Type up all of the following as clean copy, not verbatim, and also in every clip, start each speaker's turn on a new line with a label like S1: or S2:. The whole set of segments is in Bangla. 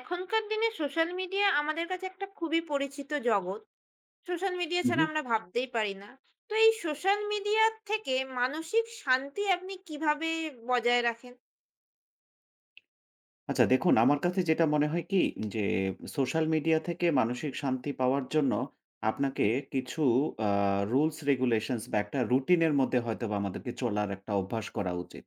S1: এখনকার দিনে সোশ্যাল মিডিয়া আমাদের কাছে একটা খুবই পরিচিত জগৎ। সোশ্যাল মিডিয়া
S2: হুম,
S1: ছাড়া
S2: হুম।
S1: আমরা ভাবতেই পারি না। তো এই সোশ্যাল মিডিয়া থেকে মানসিক শান্তি আপনি কিভাবে বজায় রাখেন?
S2: আচ্ছা দেখুন আমার কাছে যেটা মনে হয় কি যে সোশ্যাল মিডিয়া থেকে মানসিক শান্তি পাওয়ার জন্য আপনাকে কিছু আ রুলস রেগুলেশনস বা একটা রুটিনের মধ্যে হয়তোবা আমাদেরকে চলার একটা অভ্যাস করা উচিত।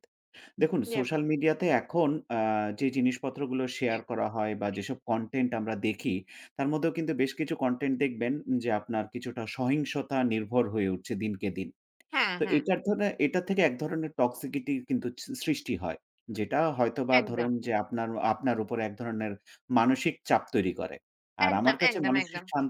S2: দেখুন
S1: জি।
S2: সোশ্যাল মিডিয়াতে এখন আ যে জিনিসপত্রগুলো শেয়ার করা হয় বা যেসব কনটেন্ট আমরা দেখি তার মধ্যেও কিন্তু বেশ কিছু কনটেন্ট দেখবেন যে আপনার কিছুটা সহিংসতা নির্ভর হয়ে উঠছে দিনকে দিন।
S1: হ্যাঁ,
S2: তো
S1: হ্যাঁ।
S2: এটার ধরে এটা থেকে এক ধরনের toxicity কিন্তু সৃষ্টি হয়। যেটা হয়তোবা
S1: একদম।
S2: ধরুন যে আপনার আপনার উপরে এক ধরনের মানসিক চাপ তৈরি করে। আর
S1: একদম,
S2: আমার কাছে
S1: একদম,
S2: মানসিক
S1: একদম,
S2: শান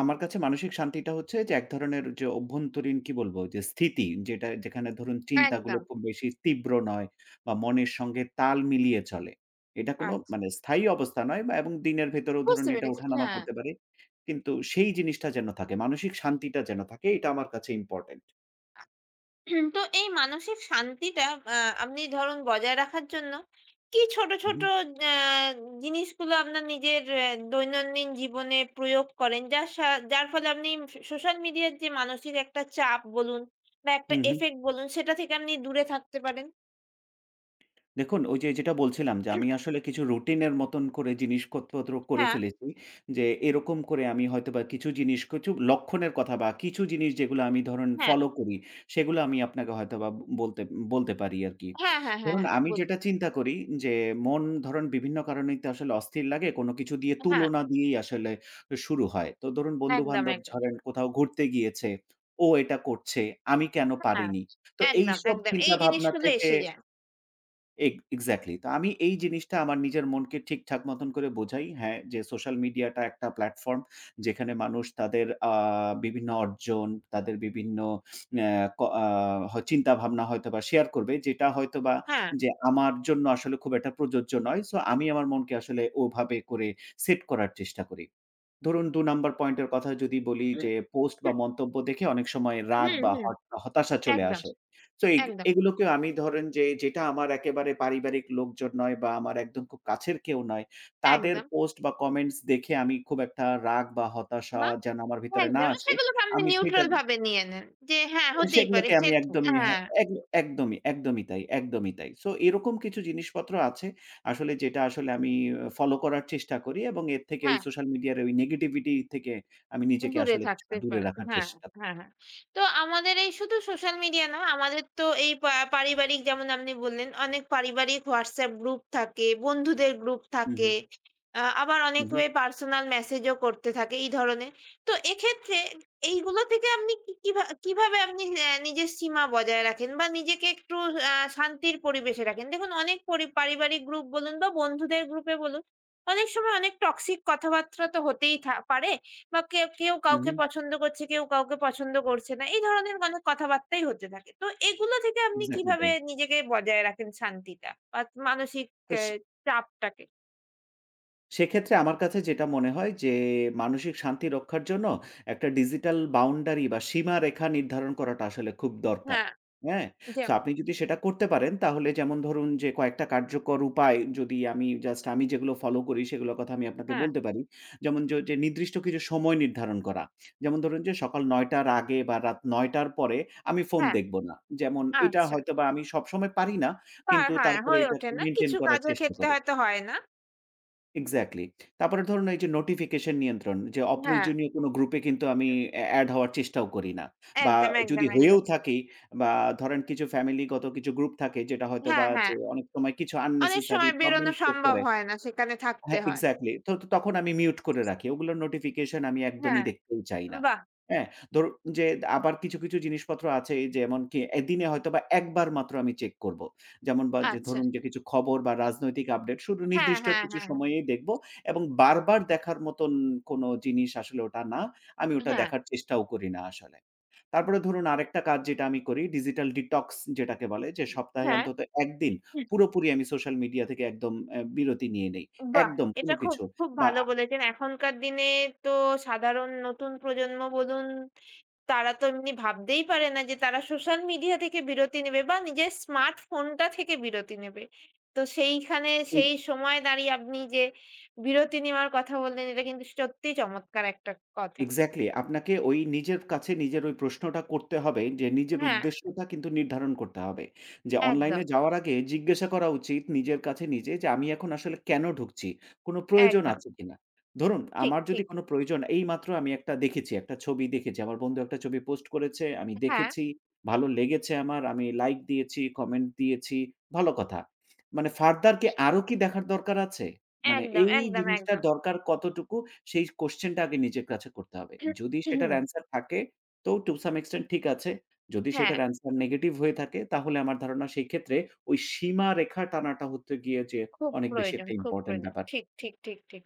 S2: আমার কাছে মানসিক শান্তিটা হচ্ছে যে এক ধরনের যে অভ্যন্তরীণ কি বলবো যে স্থিতি যেটা যেখানে ধরুন চিন্তাগুলো
S1: একদম।
S2: খুব বেশি তীব্র নয় বা মনের সঙ্গে তাল মিলিয়ে চলে। এটা কোনো
S1: আচ্ছা
S2: মানে স্থায়ী অবস্থা নয় বা এবং দিনের ভেতরেও ধরুন
S1: বুঝতে
S2: এটা
S1: পেরেছি।
S2: ওঠানামা
S1: হ্যাঁ।
S2: করতে পারে। কিন্তু সেই জিনিসটা যেন থাকে, মানসিক শান্তিটা যেন থাকে, এটা আমার কাছে ইম্পোর্টেন্ট।
S1: হুম, তো এই মানসিক শান্তিটা আ আপনি ধরুন বজায় রাখার জন্য কি ছোট,
S2: হু,
S1: ছোট
S2: হু।
S1: আ জিনিসগুলো আপনার নিজের দৈনন্দিন জীবনে প্রয়োগ করেন? যার ফলে আপনি সোশ্যাল মিডিয়ার যে মানসিক একটা চাপ বলুন বা একটা
S2: হু, হু।
S1: ইফেক্ট বলুন সেটা থেকে আপনি দূরে থাকতে পারেন।
S2: দেখুন, ওই যে যেটা বলছিলাম যে আমি আসলে কিছু রুটিনের মতন করে জিনিসকতপত্র করে
S1: হ্যাঁ,
S2: ফেলেছি। যে এরকম করে আমি হয়তোবা কিছু জিনিস, কিছু লক্ষণের কথা বা কিছু জিনিস যেগুলো আমি ধরুন
S1: হ্যাঁ,
S2: ফলো করি, সেগুলো আমি আপনাকে হয়তোবা বলতে বলতে পারি আরকি।
S1: হ্যাঁ, হ্যাঁ, হ্যাঁ,
S2: ধরুন
S1: হ্যাঁ,
S2: আমি
S1: বলুন।
S2: যেটা চিন্তা করি যে মন ধরুন বিভিন্ন কারণেই তো আসলে অস্থির লাগে। কোনো কিছু দিয়ে
S1: হ্যাঁ,
S2: তুলনা দিয়েই আসলে শুরু হয়। তো ধরুন
S1: একদম,
S2: বন্ধু-বান্ধব
S1: একদম।
S2: ধরেন কোথাও ঘুরতে গিয়েছে, ও এটা করছে, আমি কেন
S1: হ্যাঁ,
S2: পারিনি? তো
S1: একদম,
S2: এইসব
S1: একদম। এই
S2: চিন্তাভাবনা
S1: জিনিসগুলো
S2: থেকে।
S1: এসে যায়।
S2: এক্সাক্টলি। তো আমি এই জিনিসটা আমার নিজের মনকে ঠিকঠাক মতন করে বোঝাই। হ্যাঁ, যে সোশ্যাল মিডিয়াটা একটা প্ল্যাটফর্ম যেখানে মানুষ তাদের বিভিন্ন অর্জন, তাদের বিভিন্ন অ্যা ক আ হ চিন্তাভাবনা হয়তোবা শেয়ার করবে। যেটা হয়তোবা
S1: হ্যাঁ।
S2: যে আমার জন্য আসলে খুব একটা প্রযোজ্য নয়। সো আমি আমার মনকে আসলে ওভাবে করে সেট করার চেষ্টা করি। ধরুন ২ নাম্বার পয়েন্টের কথা যদি বলি,
S1: হুম,
S2: যে পোস্ট বা মন্তব্য দেখে অনেক সময় রাগ
S1: হুম,
S2: বা
S1: হুম,
S2: হতাশা চলে
S1: একদম,
S2: আসে। সো
S1: একদম,
S2: এগুলোকেও আমি ধরেন যে যেটা আমার একেবারে পারিবারিক লোকজন নয় বা আমার একদম খুব কাছের কেউ নয়, তাদের
S1: একদম।
S2: পোস্ট বা কমেন্টস দেখে আমি খুব একটা রাগ বা হতাশা
S1: বা
S2: যেন আমার ভিতরে না
S1: একদমই
S2: আসে,
S1: সেগুলোকে আপনি
S2: আমি সেটা
S1: নিউট্রাল ভাবে নিয়ে নেন। যে হ্যাঁ, হতেই পারে
S2: সেগুলোকে
S1: সে
S2: আমি
S1: হুম।
S2: একদমই
S1: হ্যাঁ,
S2: হ্যাঁ, এক একদমই, একদমই তাই, একদমই তাই। সো এরকম কিছু জিনিসপত্র আছে আসলে যেটা আসলে আমি ফলো করার চেষ্টা করি এবং এর থেকে ওই
S1: হ্যাঁ।
S2: সোশ্যাল মিডিয়ার ওই নেগেটিভিটি থেকে আমি নিজেকে
S1: দূরে
S2: আসলে কিছুটা
S1: থাকতে
S2: দূরে
S1: পারে।
S2: রাখার
S1: হ্যাঁ,
S2: চেষ্টা করি।
S1: হ্যাঁ, হ্যাঁ। তো আমাদের এই শুধু সোশ্যাল মিডিয়া না, আমাদের তো এই পারিবারিক যেমন আপনি বললেন, অনেক পারিবারিক WhatsApp গ্রুপ থাকে, বন্ধুদের গ্রুপ
S2: হু, হু,
S1: থাকে। আবার
S2: হু,
S1: অনেক
S2: হু,
S1: ওয়ে পার্সোনাল মেসেজও করতে থাকে এই ধরনের। তো এক্ষেত্রে এইগুলো থেকে আপনি কি কিভা কিভাবে আপনি নিজের সীমা বজায় রাখেন বা নিজেকে একটু শান্তির পরিবেশে রাখেন? দেখুন অনেক পারিবারিক গ্রুপ বলুন বা বন্ধুদের গ্রুপে বলুন, অনেক সময় অনেক টক্সিক কথাবার্তা তো হতেই পারে। বা কেউ
S2: হু, হু,
S1: কাউকে পছন্দ করছে, কেউ কাউকে পছন্দ করছে না। এই ধরনের অনেক কথাবার্তাই হতে থাকে। তো এগুলো থেকে আপনি
S2: এক্সাক্টলি
S1: কিভাবে
S2: তাই।
S1: নিজেকে বজায় রাখেন শান্তিটা বা মানসিক
S2: তো
S1: চাপটাকে?
S2: সেক্ষেত্রে আমার কাছে যেটা মনে হয় যে, মানসিক শান্তি রক্ষার জন্য একটা ডিজিটাল বাউন্ডারি বা সীমারেখা নির্ধারণ করাটা আসলে খুব দরকার।
S1: হ্যাঁ,
S2: হ্যাঁ?
S1: যে
S2: সো আপনি যদি সেটা করতে পারেন তাহলে, যেমন ধরুন যে, কয়েকটা কার্যকর উপায় যদি আমি জাস্ট আমি যেগুলো ফলো করি সেগুলোর কথা আমি আপনাকে
S1: হ্যাঁ,
S2: বলতে পারি। যেমন য যে নির্দিষ্ট কিছু সময় নির্ধারণ করা। যেমন ধরুন যে, সকাল ৯ টার আগে বা রাত ৯ টার পরে আমি ফোন
S1: হ্যাঁ,
S2: দেখব না। যেমন এটা
S1: আচ্ছা।
S2: হয়তোবা আমি সবসময় পারি না।
S1: বা
S2: কিন্তু
S1: হ্যাঁ,
S2: তারপরে
S1: হয়ে ওঠে
S2: এটাকে
S1: না।
S2: মেইনটেইন
S1: কিছু
S2: করার
S1: কাজের
S2: চেষ্টা
S1: ক্ষেত্রে
S2: করি।
S1: হয়তো হয় না।
S2: এক্সাক্টলি। তারপরে ধরুন এই যে নোটিফিকেশন নিয়ন্ত্রণ, যে
S1: হ্যাঁ,
S2: অপ্রয়োজনীয় কোনো গ্রুপে কিন্তু আমি এড হওয়ার চেষ্টাও করি না। বা
S1: একদম,
S2: যদি
S1: একদম,
S2: হয়েও
S1: একদম।
S2: থাকি বা ধরেন কিছু ফ্যামিলিগত কিছু গ্রুপ থাকে যেটা
S1: হ্যাঁ,
S2: হয়তোবা
S1: হ্যাঁ।
S2: যে অনেক সময় কিছু
S1: অনেক
S2: আননেসেসারি
S1: সময়
S2: প্রবলেম
S1: বেরোনো
S2: ক্রিয়েট
S1: সম্ভব
S2: করে।
S1: হয় না, সেখানে থাকতে
S2: হ্যাঁ,
S1: হয়।
S2: এক্সাক্টলি। তো তো তখন আমি মিউট করে রাখি। ওগুলোর নোটিফিকেশন আমি একদমই
S1: হ্যাঁ,
S2: দেখতেই চাই না।
S1: বাহ!
S2: হ্যাঁ? ধরুন যে আবার কিছু জিনিসপত্র আছে যেমন কি এ দিনে হয়তোবা একবার মাত্র আমি চেক করব। যেমন বা যে
S1: আচ্ছা।
S2: ধরুন যে কিছু খবর বা রাজনৈতিক আপডেট শুধু
S1: হ্যাঁ,
S2: নির্দিষ্ট
S1: হ্যাঁ,
S2: কিছু
S1: হ্যাঁ, হ্যাঁ,
S2: সময়েই দেখব এবং বারবার দেখার মতন কোনো জিনিস আসলে ওটা না। আমি ওটা
S1: হ্যাঁ,
S2: দেখার চেষ্টাও করি না আসলে। তারপরে ধরুন আরেকটা কাজ যেটা আমি করি, ডিজিটাল ডিটক্স যেটাকে বলে, যে সপ্তাহে
S1: হ্যাঁ।
S2: অন্তত ১ দিন পুরোপুরি আমি সোশ্যাল মিডিয়া থেকে একদম বিরতি নিয়ে নেই।
S1: বাহ!
S2: একদম কোন
S1: এটা খুব,
S2: কিছু
S1: খুব
S2: বা।
S1: ভালো বলেছেন। এখনকার দিনে তো সাধারণ নতুন প্রজন্ম বলুন, তারা তো এমনি ভাবতেই পারে না যে তারা সোশ্যাল মিডিয়া থেকে বিরতি নেবে বা নিজের স্মার্টফোনটা থেকে বিরতি নেবে। তো সেইখানে সেই সময় দাঁড়িয়ে আপনি যে বিরতি নেওয়ার কথা বললেন, এটা কিন্তু সত্যিই চমৎকার একটা কথা।
S2: এক্সাক্টলি। আপনাকে ওই নিজের কাছে নিজের ওই প্রশ্নটা করতে হবে যে নিজের
S1: হ্যাঁ,
S2: উদ্দেশ্যটা কিন্তু নির্ধারণ করতে হবে। যে
S1: একদম,
S2: অনলাইনে যাওয়ার আগে জিজ্ঞাসা করা উচিত নিজের কাছে নিজে, যে আমি এখন আসলে কেন ঢুকছি? কোন প্রয়োজন
S1: একদম।
S2: আছে কিনা? ধরুন
S1: ঠিক,
S2: আমার
S1: ঠিক।
S2: যদি কোন প্রয়োজন এইমাত্র আমি একটা দেখেছি, একটা ছবি দেখেছি। আমার বন্ধু একটা ছবি পোস্ট করেছে, আমি
S1: হ্যাঁ,
S2: দেখেছি, ভালো লেগেছে আমার, আমি লাইক দিয়েছি, কমেন্ট দিয়েছি, ভালো কথা। মানে ফার্দার কি আরো কি দেখার দরকার আছে? মানে
S1: একদম,
S2: এই
S1: একদম,
S2: জিনিসটার
S1: একদম।
S2: দরকার কতটুকু, সেই কোয়েশ্চেনটা আগে নিজের কাছে করতে হবে। যদি সেটার অ্যান্সার থাকে তো to some extent ঠিক আছে। যদি
S1: হ্যাঁ।
S2: সেটার অ্যান্সার নেগেটিভ হয়ে থাকে তাহলে আমার ধারণা সেই ক্ষেত্রে ওই সীমারেখা টানাটা হতে গিয়ে যে
S1: খুব
S2: অনেক বেশি
S1: প্রয়োজন,
S2: একটা
S1: খুব
S2: ইম্পোর্টেন্ট
S1: প্রয়োজন।
S2: ব্যাপার।
S1: ঠিক, ঠিক, ঠিক, ঠিক।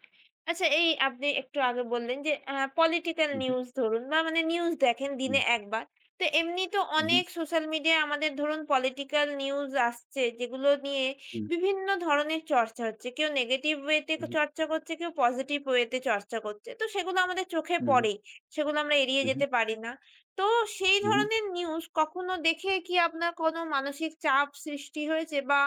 S1: আচ্ছা এই আপনি একটু আগে বললেন যে পলিটিক্যাল
S2: হু, হু,
S1: নিউজ ধরুন বা মানে নিউজ দেখেন
S2: হুম,
S1: দিনে ১ বার। তো এমনি তো
S2: হু, হু,
S1: অনেক সোশ্যাল মিডিয়ায় আমাদের ধরুন পলিটিক্যাল নিউজ আসছে যেগুলো নিয়ে
S2: হুম,
S1: বিভিন্ন ধরনের চর্চা হচ্ছে। কেউ নেগেটিভ ওয়েতে
S2: হু,
S1: চর্চা করছে, কেউ পজিটিভ ওয়েতে চর্চা করছে। তো সেগুলো আমাদের চোখে
S2: হু,
S1: পড়েই। সেগুলো আমরা এড়িয়ে
S2: হু, হু,
S1: যেতে পারি না। তো সেই
S2: হু, হু।
S1: ধরনের নিউজ কখনো দেখে কি আপনার কোনো মানসিক চাপ সৃষ্টি হয়েছে বা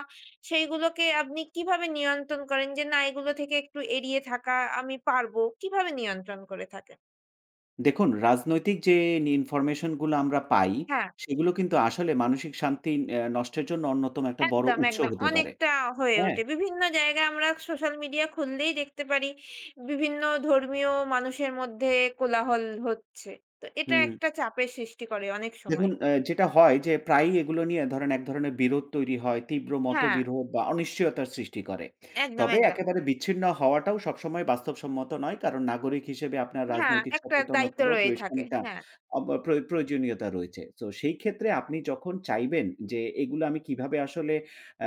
S1: সেইগুলোকে আপনি কিভাবে নিয়ন্ত্রণ করেন যে, না এগুলো থেকে একটু এড়িয়ে থাকা আমি পারবো? কিভাবে নিয়ন্ত্রণ করে থাকেন?
S2: দেখুন রাজনৈতিক যে ইনফরমেশন গুলো আমরা পাই
S1: হ্যাঁ,
S2: সেগুলো কিন্তু আসলে মানসিক শান্তি নষ্টের জন্য অন্যতম একটা বড়
S1: একদম,
S2: উৎস
S1: একদম।
S2: হতে পারে।
S1: অনেকটা হয়ে
S2: হ্যাঁ?
S1: ওঠে। বিভিন্ন জায়গায় আমরা সোশ্যাল মিডিয়া খুললেই দেখতে পারি বিভিন্ন ধর্মীয় মানুষের মধ্যে কোলাহল হচ্ছে। তো এটা
S2: হুম।
S1: একটা চাপের সৃষ্টি করে অনেক সময়।
S2: দেখুন, যেটা হয় যে প্রায়ই এগুলো নিয়ে ধরেন এক ধরনের বিরোধ তৈরি হয়। তীব্র
S1: হ্যাঁ,
S2: মতবিরোধ বা অনিশ্চয়তার সৃষ্টি করে।
S1: একদম,
S2: তবে
S1: একদম।
S2: একেবারে বিচ্ছিন্ন হওয়াটাও সবসময় বাস্তবসম্মত নয়। কারণ নাগরিক
S1: উম
S2: হিসেবে আপনার
S1: হ্যাঁ,
S2: রাজনৈতিক
S1: একটা দায়িত্ব
S2: সচেতনতারও
S1: রয়ে
S2: বেশ
S1: থাকে।
S2: খানিকটা
S1: হ্যাঁ।
S2: অব প্রয় প্রয়োজনীয়তা রয়েছে। তো সেই ক্ষেত্রে আপনি যখন চাইবেন যে এগুলো আমি কিভাবে আসলে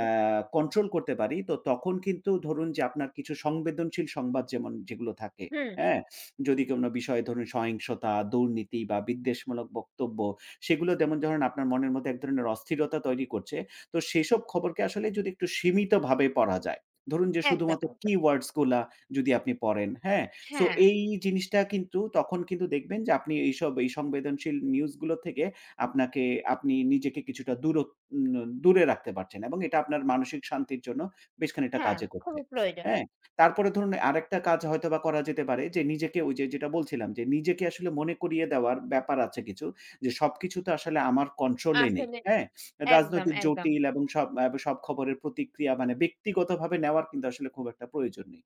S2: আ কন্ট্রোল করতে পারি, তো তখন কিন্তু ধরুন যে আপনার কিছু সংবেদনশীল সংবাদ যেমন যেগুলো থাকে,
S1: হুম,
S2: হ্যাঁ? যদি কোনো বিষয়ে ধরুন সহিংসতা, দুর্নীতি বা বিদ্বেষমূলক বক্তব্য, সেগুলো যেমন ধরেন আপনার মনের মধ্যে এক ধরনের অস্থিরতা তৈরি করছে। তো সেসব খবরকে আসলে যদি একটু সীমিতভাবে পড়া যায়। ধরুন যে
S1: একদম,
S2: শুধুমাত্র
S1: একদম।
S2: keywords গুলা যদি আপনি পড়েন, হ্যাঁ? সো
S1: হ্যাঁ,
S2: এই জিনিসটা কিন্তু তখন কিন্তু দেখবেন যে আপনি এইসব এই সংবেদনশীল নিউজগুলো থেকে আপনাকে আপনি নিজেকে কিছুটা দূরত উম দূরে রাখতে পারছেন এবং এটা আপনার মানসিক শান্তির জন্য বেশ খানিকটা
S1: হ্যাঁ,
S2: কাজে করছে।
S1: খুবই প্রয়োজন।
S2: হ্যাঁ? তারপরে ধরুন আরেকটা কাজ হয়তোবা করা যেতে পারে, যে নিজেকে ওই যে যেটা বলছিলাম যে নিজেকে আসলে মনে করিয়ে দেওয়ার ব্যাপার আছে কিছু। যে সবকিছু তো আসলে আমার কন্ট্রোলে নেই,
S1: আসলে
S2: হ্যাঁ?
S1: একদম,
S2: রাজনৈতিক
S1: একদম।
S2: জটিল এবং সব সব খবরের প্রতিক্রিয়া মানে ব্যক্তিগতভাবে নেওয়ার কিন্তু আসলে খুব একটা প্রয়োজন নেই।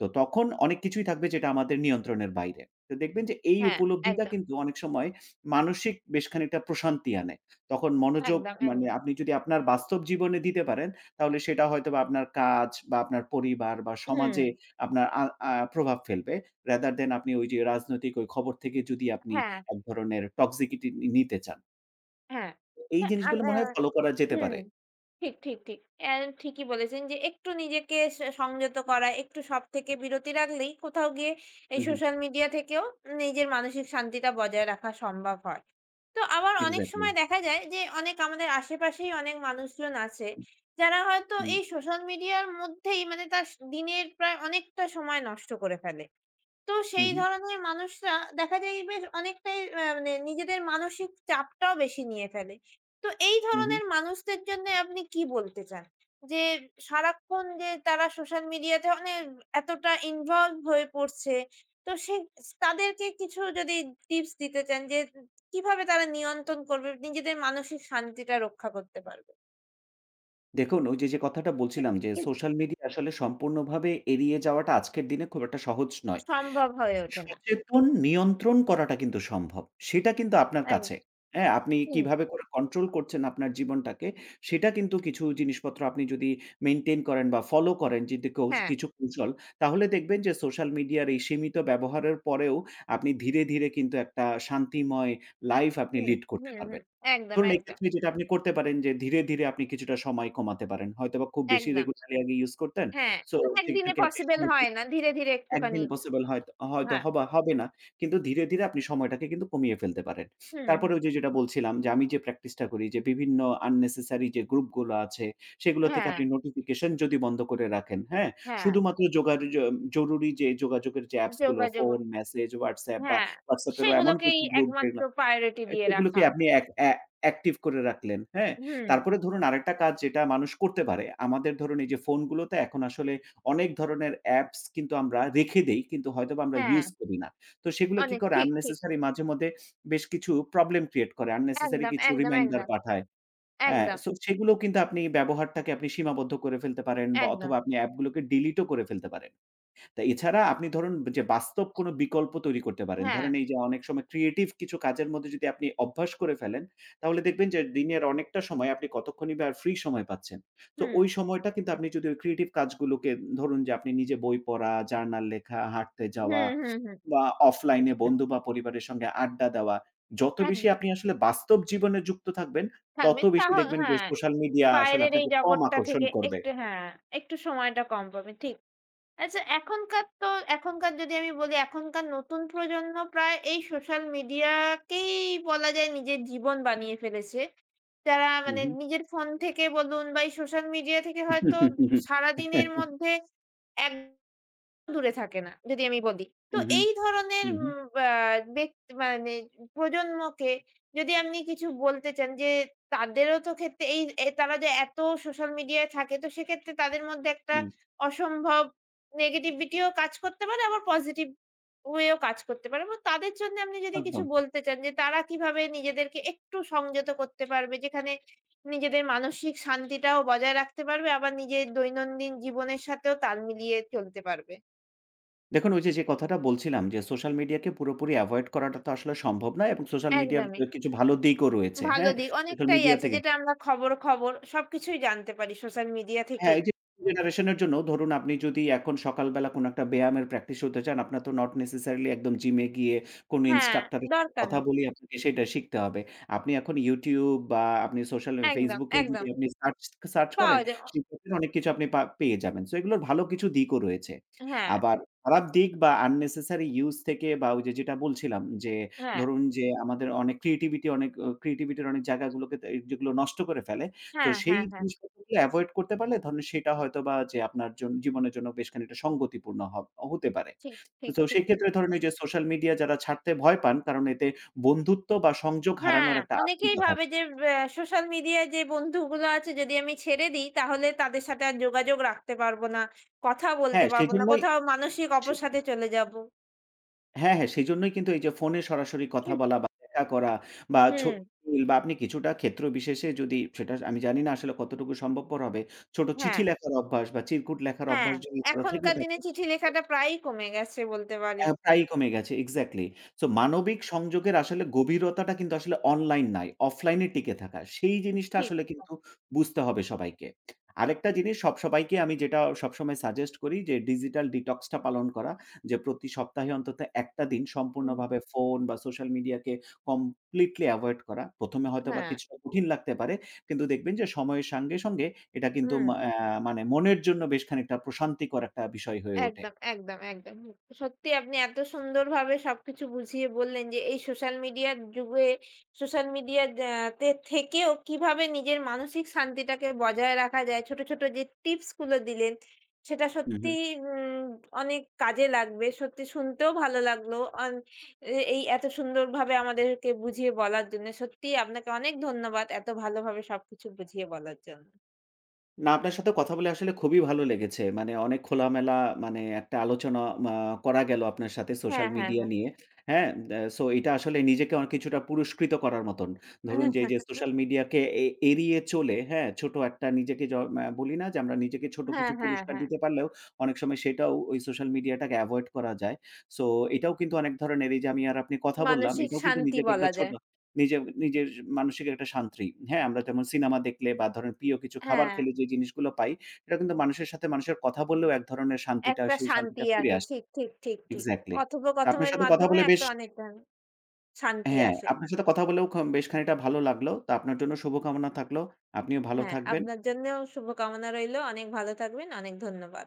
S2: তো তখন অনেক কিছুই থাকবে যেটা আমাদের নিয়ন্ত্রণের বাইরে। তো দেখবেন যে এই
S1: হ্যাঁ,
S2: উপলব্ধিটা
S1: একদম।
S2: কিন্তু অনেক সময় মানসিক বেশ খানিকটা প্রশান্তি আনে। তখন মনোযোগ
S1: একদম,
S2: মানে
S1: একদম।
S2: আপনি যদি আপনার বাস্তব জীবনে দিতে পারেন, তাহলে সেটা হয়তোবা আপনার কাজ বা আপনার পরিবার বা
S1: হুম,
S2: সমাজে আপনার আ আ প্রভাব ফেলবে। rather than আপনি ওই যে রাজনৈতিক ওই খবর থেকে যদি আপনি
S1: হ্যাঁ,
S2: এক ধরনের টক্সিকিটি নিতে চান।
S1: হ্যাঁ।
S2: এই
S1: তা আর
S2: জিনিসগুলো মনে হয় ফলো করা যেতে
S1: হুম,
S2: পারে।
S1: ঠিক, ঠিক, ঠিক। ঠিকই বলেছেন যে একটু নিজেকে সংযত করা, একটু সব থেকে বিরতি রাখলেই কোথাও গিয়ে
S2: হু,
S1: এই
S2: হু।
S1: সোশ্যাল মিডিয়া থেকেও নিজের মানসিক শান্তিটা বজায় রাখা সম্ভব হয়। তো আবার অনেক
S2: এক্সাক্টলি।
S1: সময় দেখা যায় যে অনেক আমাদের আশেপাশেই অনেক মানুষজন আছে,
S2: হু,
S1: যারা হয়তো
S2: হু,
S1: এই সোশ্যাল মিডিয়ার মধ্যেই মানে তার দিনের প্রায় অনেকটা সময় নষ্ট করে ফেলে। তো
S2: হু,
S1: সেই ধরনের মানুষরা দেখা যায় বেশ অনেকটাই মানে নিজেদের মানসিক চাপটাও বেশি নিয়ে ফেলে। তো এই
S2: হু, হু।
S1: ধরনের মানুষদের জন্যে আপনি কি বলতে চান? যে সারাক্ষণ যে তারা সোশ্যাল মিডিয়াতে মানে এতটা ইনভলভ হয়ে পড়ছে। তো তাদেরকে কিছু যদি টিপস দিতে চান যে কিভাবে তারা নিয়ন্ত্রণ করবে নিজেদের মানসিক শান্তিটা রক্ষা করতে পারবে?
S2: দেখুন ওই যে, যে কথাটা বলছিলাম যে সোশ্যাল মিডিয়া আসলে সম্পূর্ণভাবে এড়িয়ে যাওয়াটা আজকের দিনে খুব একটা সহজ নয়।
S1: সম্ভব হয়ে ওঠে না।
S2: সচেতন নিয়ন্ত্রণ করাটা কিন্তু সম্ভব। সেটা কিন্তু আপনার
S1: এক
S2: কাছে। হ্যাঁ? আপনি
S1: হুম,
S2: কিভাবে করে কন্ট্রোল করছেন আপনার জীবনটাকে, সেটা কিন্তু কিছু জিনিসপত্র আপনি যদি মেইনটেইন করেন বা ফলো করেন যদি
S1: হ্যাঁ,
S2: কিছু কৌশল, তাহলে দেখবেন যে সোশ্যাল মিডিয়ার এই সীমিত ব্যবহারের পরেও আপনি ধীরে, ধীরে কিন্তু একটা শান্তিময় লাইফ আপনি
S1: হুম,
S2: লিড
S1: হুম,
S2: করতে
S1: হুম।
S2: পারবেন।
S1: একদম,
S2: ধরুন
S1: একদম,
S2: এক্ষেত্রে যেটা আপনি করতে পারেন যে ধীরে, ধীরে আপনি কিছুটা সময় কমাতে পারেন। হয়তোবা খুব বেশি
S1: একদম।
S2: রেগুলারলি আগে ইউজ করতেন।
S1: হ্যাঁ,
S2: সো
S1: মানে একদিনে
S2: সেটাকে আপনি
S1: পসিবল
S2: সময়
S1: হয় না। ধীরে, ধীরে একটুখানি
S2: একদিনে পসিবল হয়তো হয়তো
S1: হ্যাঁ।
S2: হবা হবে না। কিন্তু ধীরে, ধীরে আপনি সময়টাকে কিন্তু কমিয়ে ফেলতে পারেন।
S1: হুম,
S2: তারপরে
S1: হুম।
S2: ওই যে যেটা বলছিলাম যে আমি যে প্র্যাকটিসটা করি যে বিভিন্ন unnecessary যে গ্রুপগুলো আছে সেগুলো থেকে
S1: হ্যাঁ,
S2: আপনি নোটিফিকেশন যদি বন্ধ করে রাখেন, হ্যাঁ?
S1: হ্যাঁ।
S2: শুধুমাত্র যোগা য জরুরি যে যোগাযোগের যে অ্যাপসগুলো
S1: যোগাযোগ
S2: ফোন, মেসেজ, WhatsApp বা
S1: হ্যাঁ,
S2: WhatsApp এরও এমন
S1: সেগুলোকেই
S2: কিছু গ্রুপ
S1: একমাত্র
S2: যেগুলো
S1: প্রায়োরিটি দিয়ে
S2: সেগুলোকে
S1: রাখা।
S2: আপনি অ্যাক্টিভ করে রাখলেন, হ্যাঁ?
S1: হুম,
S2: তারপরে ধরুন আরেকটা কাজ যেটা মানুষ করতে পারে। আমাদের ধরুন এই যে ফোনগুলোতে এখন আসলে অনেক ধরনের অ্যাপস কিন্তু আমরা রেখে দেই কিন্তু হয়তোবা আমরা
S1: হ্যাঁ,
S2: ইউজ করি না। তো সেগুলো কি
S1: অনেক
S2: করে
S1: ঠিক, ঠিক।
S2: unnecessary মাঝেমধ্যে বেশ কিছু প্রবলেম ক্রিয়েট করে। unnecessary
S1: একদম,
S2: কিছু
S1: একদম,
S2: রিমাইন্ডার
S1: একদম,
S2: পাঠায়। হ্যাঁ,
S1: একদম,
S2: সো সেগুলোও কিন্তু আপনি ব্যবহারটাকে আপনি সীমাবদ্ধ করে ফেলতে পারেন বা
S1: একদম।
S2: অথবা আপনি অ্যাপগুলোকে ডিলিটও করে ফেলতে পারেন। তা এছাড়া আপনি ধরুন যে বাস্তব কোনো বিকল্প তৈরি করতে পারেন।
S1: হ্যাঁ,
S2: ধরেন এই যে অনেক সময় ক্রিয়েটিভ কিছু কাজের মধ্যে যদি আপনি অভ্যাস করে ফেলেন, তাহলে দেখবেন যে দিনের অনেকটা সময় আপনি কতক্ষণই বা ফ্রি সময় পাচ্ছেন। তো
S1: হুম,
S2: ওই সময়টা কিন্তু আপনি যদি ওই ক্রিয়েটিভ কাজগুলোকে ধরুন যে আপনি নিজে বই পড়া, জার্নাল লেখা, হাঁটতে যাওয়া
S1: হুম, হুম, হুম।
S2: বা অফলাইনে বন্ধু বা পরিবারের সঙ্গে আড্ডা দেওয়া। যত বেশি
S1: একদম
S2: আপনি আসলে বাস্তব জীবনে যুক্ত থাকবেন, তত
S1: থাকবেন।
S2: বেশি দেখবেন যে
S1: হ্যাঁ,
S2: সোশ্যাল মিডিয়া আসলে
S1: বাইরের এই
S2: আপনাকে কম
S1: জগৎটা
S2: আকর্ষণ
S1: থেকে
S2: করবে।
S1: একটু হ্যাঁ, একটু সময়টা কম পাবেন। ঠিক আচ্ছা এখনকার যদি আমি বলি এখনকার নতুন প্রজন্ম প্রায় এই সোশ্যাল মিডিয়াকেই বলা যায় নিজের জীবন বানিয়ে ফেলেছে। যারা
S2: হু,
S1: মানে
S2: হু।
S1: নিজের ফোন থেকে বলুন বা এই সোশ্যাল মিডিয়া থেকে
S2: হু,
S1: হয়তো
S2: হু।
S1: সারাদিনের মধ্যে এক দূরে থাকে না, যদি আমি বলি। তো
S2: হু,
S1: এই ধরনের
S2: হু।
S1: উম বা বেক মানে প্রজন্মকে যদি আপনি কিছু বলতে চান যে তাদেরও তো ক্ষেত্রে এই এ তারা যে এত সোশ্যাল মিডিয়ায় থাকে তো সেক্ষেত্রে তাদের মধ্যে একটা
S2: হুম,
S1: অসম্ভব নেগেটিভিটি ও কাজ করতে পারে আবার পজিটিভ ওয়ে ও কাজ করতে পারে। এবং তাদের জন্য আপনি যদি কিছু
S2: একদম।
S1: বলতে চান যে তারা কিভাবে নিজেদেরকে একটু সংযত করতে পারবে যেখানে নিজেদের মানসিক শান্তিটাও বজায় রাখতে পারবে আবার নিজের দৈনন্দিন জীবনের সাথেও তাল মিলিয়ে চলতে পারবে?
S2: দেখুন ওই যে, যে কথাটা বলছিলাম যে, সোশ্যাল মিডিয়াকে পুরোপুরি এভয়েড করাটা তো আসলে সম্ভব নয় এবং সোশ্যাল মিডিয়ার
S1: একদমই।
S2: কিছু ভালো দিকও রয়েছে।
S1: ভালো
S2: হ্যাঁ?
S1: দিক
S2: সোশ্যাল
S1: অনেকটাই
S2: মিডিয়া
S1: আছে
S2: থেকে
S1: যেটা আমরা খবর, খবর সবকিছুই জানতে পারি সোশ্যাল মিডিয়া
S2: হ্যাঁ,
S1: থেকেই।
S2: এই যে জেনারেশন এর জন্য ধরুন আপনি যদি এখন সকালবেলা কোনো একটা ব্যায়ামের প্র্যাকটিস হতে চান, আপনার তো নট নেসেসারিলি একদম জিমে গিয়ে কোনো
S1: হ্যাঁ,
S2: ইন্সট্রাক্টর এর সাথে
S1: দরকার
S2: কথা
S1: নেই।
S2: বলে আপনাকে সেটা শিখতে হবে। আপনি এখন YouTube বা আপনি সোশ্যাল
S1: একদম,
S2: Facebook এও যদি
S1: একদম।
S2: আপনি সার্চ সার্চ করেন,
S1: পাওয়া যায়।
S2: সেক্ষেত্রে অনেক কিছু আপনি পেয়ে যাবেন। সো এগুলোর ভালো কিছু দিকও রয়েছে।
S1: হ্যাঁ,
S2: আবার খারাপ দিক বা unnecessary ইউস থেকে বা ওই যে যেটা বলছিলাম যে
S1: হ্যাঁ,
S2: ধরুন যে আমাদের অনেক ক্রিয়েটিভিটি অনেক ক্রিয়েটিভিটির অনেক জায়গাগুলোকে তে যেগুলো নষ্ট করে ফেলে, তো
S1: হ্যাঁ,
S2: সেই
S1: হ্যাঁ, হ্যাঁ।
S2: জিনিসপত্রগুলো এভয়েড করতে পারলে ধরেন সেটা হয়তোবা যে আপনার জীবনের জন্য বেশ খানিকটা সঙ্গতিপূর্ণ হতে পারে।
S1: ঠিক, ঠিক,
S2: তো
S1: ঠিক,
S2: সেই
S1: ঠিক।
S2: ক্ষেত্রে ধরেন ওই যে সোশ্যাল মিডিয়া যারা ছাড়তে ভয় পান কারণ এতে বন্ধুত্ব বা সংযোগ
S1: হ্যাঁ,
S2: হারানোর একটা
S1: অনেকেই
S2: আশঙ্কা
S1: ভাবে
S2: থাকে।
S1: যে সোশ্যাল মিডিয়ায় যে বন্ধুগুলো আছে যদি আমি ছেড়ে দিই তাহলে তাদের সাথে আর যোগাযোগ রাখতে পারবো না, কথা বলতে
S2: হ্যাঁ,
S1: পারবো না,
S2: সেজন্যই
S1: কোথাও মানসিক
S2: সে
S1: অবসাদে চলে যাবো।
S2: হ্যাঁ, সেজন্যই কিন্তু এই যে ফোনে সরাসরি কথা বলা বা দেখা করা বা
S1: হুম,
S2: ইমেইল, বা আপনি কিছুটা ক্ষেত্র বিশেষে যদি সেটা আমি জানি না আসলে কতটুকু সম্ভবপর হবে। ছোট চিঠি
S1: হ্যাঁ,
S2: লেখার অভ্যাস বা চিরকুট লেখার
S1: হ্যাঁ।
S2: অভ্যাস যদি কারো থেকে
S1: এখনকার দিনে
S2: থাকে।
S1: চিঠি লেখাটা প্রায়ই কমে গেছে বলতে পারেন।
S2: প্রায়ই কমে গেছে এক্সাক্টলি। সো মানবিক সংযোগের আসলে গভীরতাটা কিন্তু আসলে অনলাইন নাই, অফলাইনে টিকে থাকা। সেই জিনিসটা
S1: ঠিক।
S2: আসলে কিন্তু বুঝতে হবে সবাইকে। আরেকটা জিনিস সবাইকে আমি যেটা সবসময় সাজেস্ট করি, যে ডিজিটাল ডিটক্সটা পালন করা। যে প্রতি সপ্তাহে অন্তত একটা দিন
S1: উম
S2: সম্পূর্ণভাবে ফোন বা সোশ্যাল মিডিয়াকে কমপ্লিটলি এভয়েড করা। ১ম এ হয়তোবা
S1: হ্যাঁ,
S2: কিছুটা কঠিন লাগতে পারে। কিন্তু দেখবেন যে সময়ের সঙ্গে, সঙ্গে এটা কিন্তু
S1: হুম।
S2: মা অ্যা মানে মনের জন্য বেশ খানিকটা প্রশান্তিকর একটা বিষয় হয়ে ওঠে।
S1: একদম, একদম, একদম। সত্যি আপনি এত সুন্দরভাবে সবকিছু বুঝিয়ে বললেন যে এই সোশ্যাল মিডিয়ার যুগে সোশ্যাল মিডিয়া আ তে থেকেও কিভাবে নিজের মানসিক শান্তিটাকে বজায় রাখা যায়। ছোট, ছোট যে টিপস গুলো দিলেন সেটা
S2: হু, হু।
S1: সত্যিই উম অনেক কাজে লাগবে। সত্যি শুনতেও ভালো লাগলো। অন এ এই এত সুন্দরভাবে আমাদেরকে বুঝিয়ে বলার জন্য। সত্যিই আপনাকে অনেক ধন্যবাদ এত ভালোভাবে সবকিছু বুঝিয়ে বলার জন্য।
S2: না, আপনার সাথে কথা বলে আসলে খুবই ভালো লেগেছে। মানে অনেক খোলামেলা মানে একটা আলোচনা মা করা গেল আপনার সাথে
S1: হ্যাঁ,
S2: সোশ্যাল
S1: হ্যাঁ,
S2: মিডিয়া
S1: হ্যাঁ।
S2: নিয়ে। হ্যাঁ? সো এটা আসলে নিজেকে কিছুটা পুরস্কৃত করার মতন। ধরুন যে, এই যে সোশ্যাল মিডিয়াকে এড়িয়ে চলে, হ্যাঁ? ছোট একটা নিজেকে য ম্যা বলি না যে আমরা নিজেকে ছোট
S1: হ্যাঁ,
S2: কিছু
S1: হ্যাঁ,
S2: পুরস্কার
S1: হ্যাঁ।
S2: দিতে পারলেও অনেক সময় সেটাও ওই সোশ্যাল মিডিয়াটাকে এভয়েড করা যায়। সো এটাও কিন্তু অনেক ধরনের এই যে আমি আর আপনি কথা বললাম,
S1: মানসিক
S2: এটাও কিন্তু
S1: শান্তি
S2: নিজেকে একটা
S1: বলা
S2: ছোট
S1: যায়।
S2: নিজের নিজের মানসিক একটা শান্তি। হ্যাঁ, আমরা যেমন সিনেমা দেখলে বা ধরেন প্রিয় কিছু খাবার
S1: হ্যাঁ,
S2: খেলে যে জিনিসগুলো পাই, সেটা কিন্তু মানুষের সাথে মানুষের কথা বললেও এক ধরনের
S1: একটা
S2: সেই
S1: শান্তি
S2: শান্তিটা ফিরে
S1: আসে।
S2: আসে।
S1: ঠিক, ঠিক, ঠিক, ঠিক।
S2: এক্সাক্টলি। তো আপনার
S1: কথোপকথনের
S2: সাথে কথা
S1: মাধ্যমে
S2: বলে বেশ
S1: একটা অনেক শান্তি
S2: হ্যাঁ,
S1: আসে।
S2: আপনার সাথে কথা বলেও বেশ খানিকটা ভালো লাগলো। তো আপনার জন্য শুভকামনা থাকলো। আপনিও ভালো
S1: হ্যাঁ,
S2: থাকবেন।
S1: আপনার জন্যেও শুভকামনা রইলো। অনেক ভালো থাকবেন। অনেক ধন্যবাদ।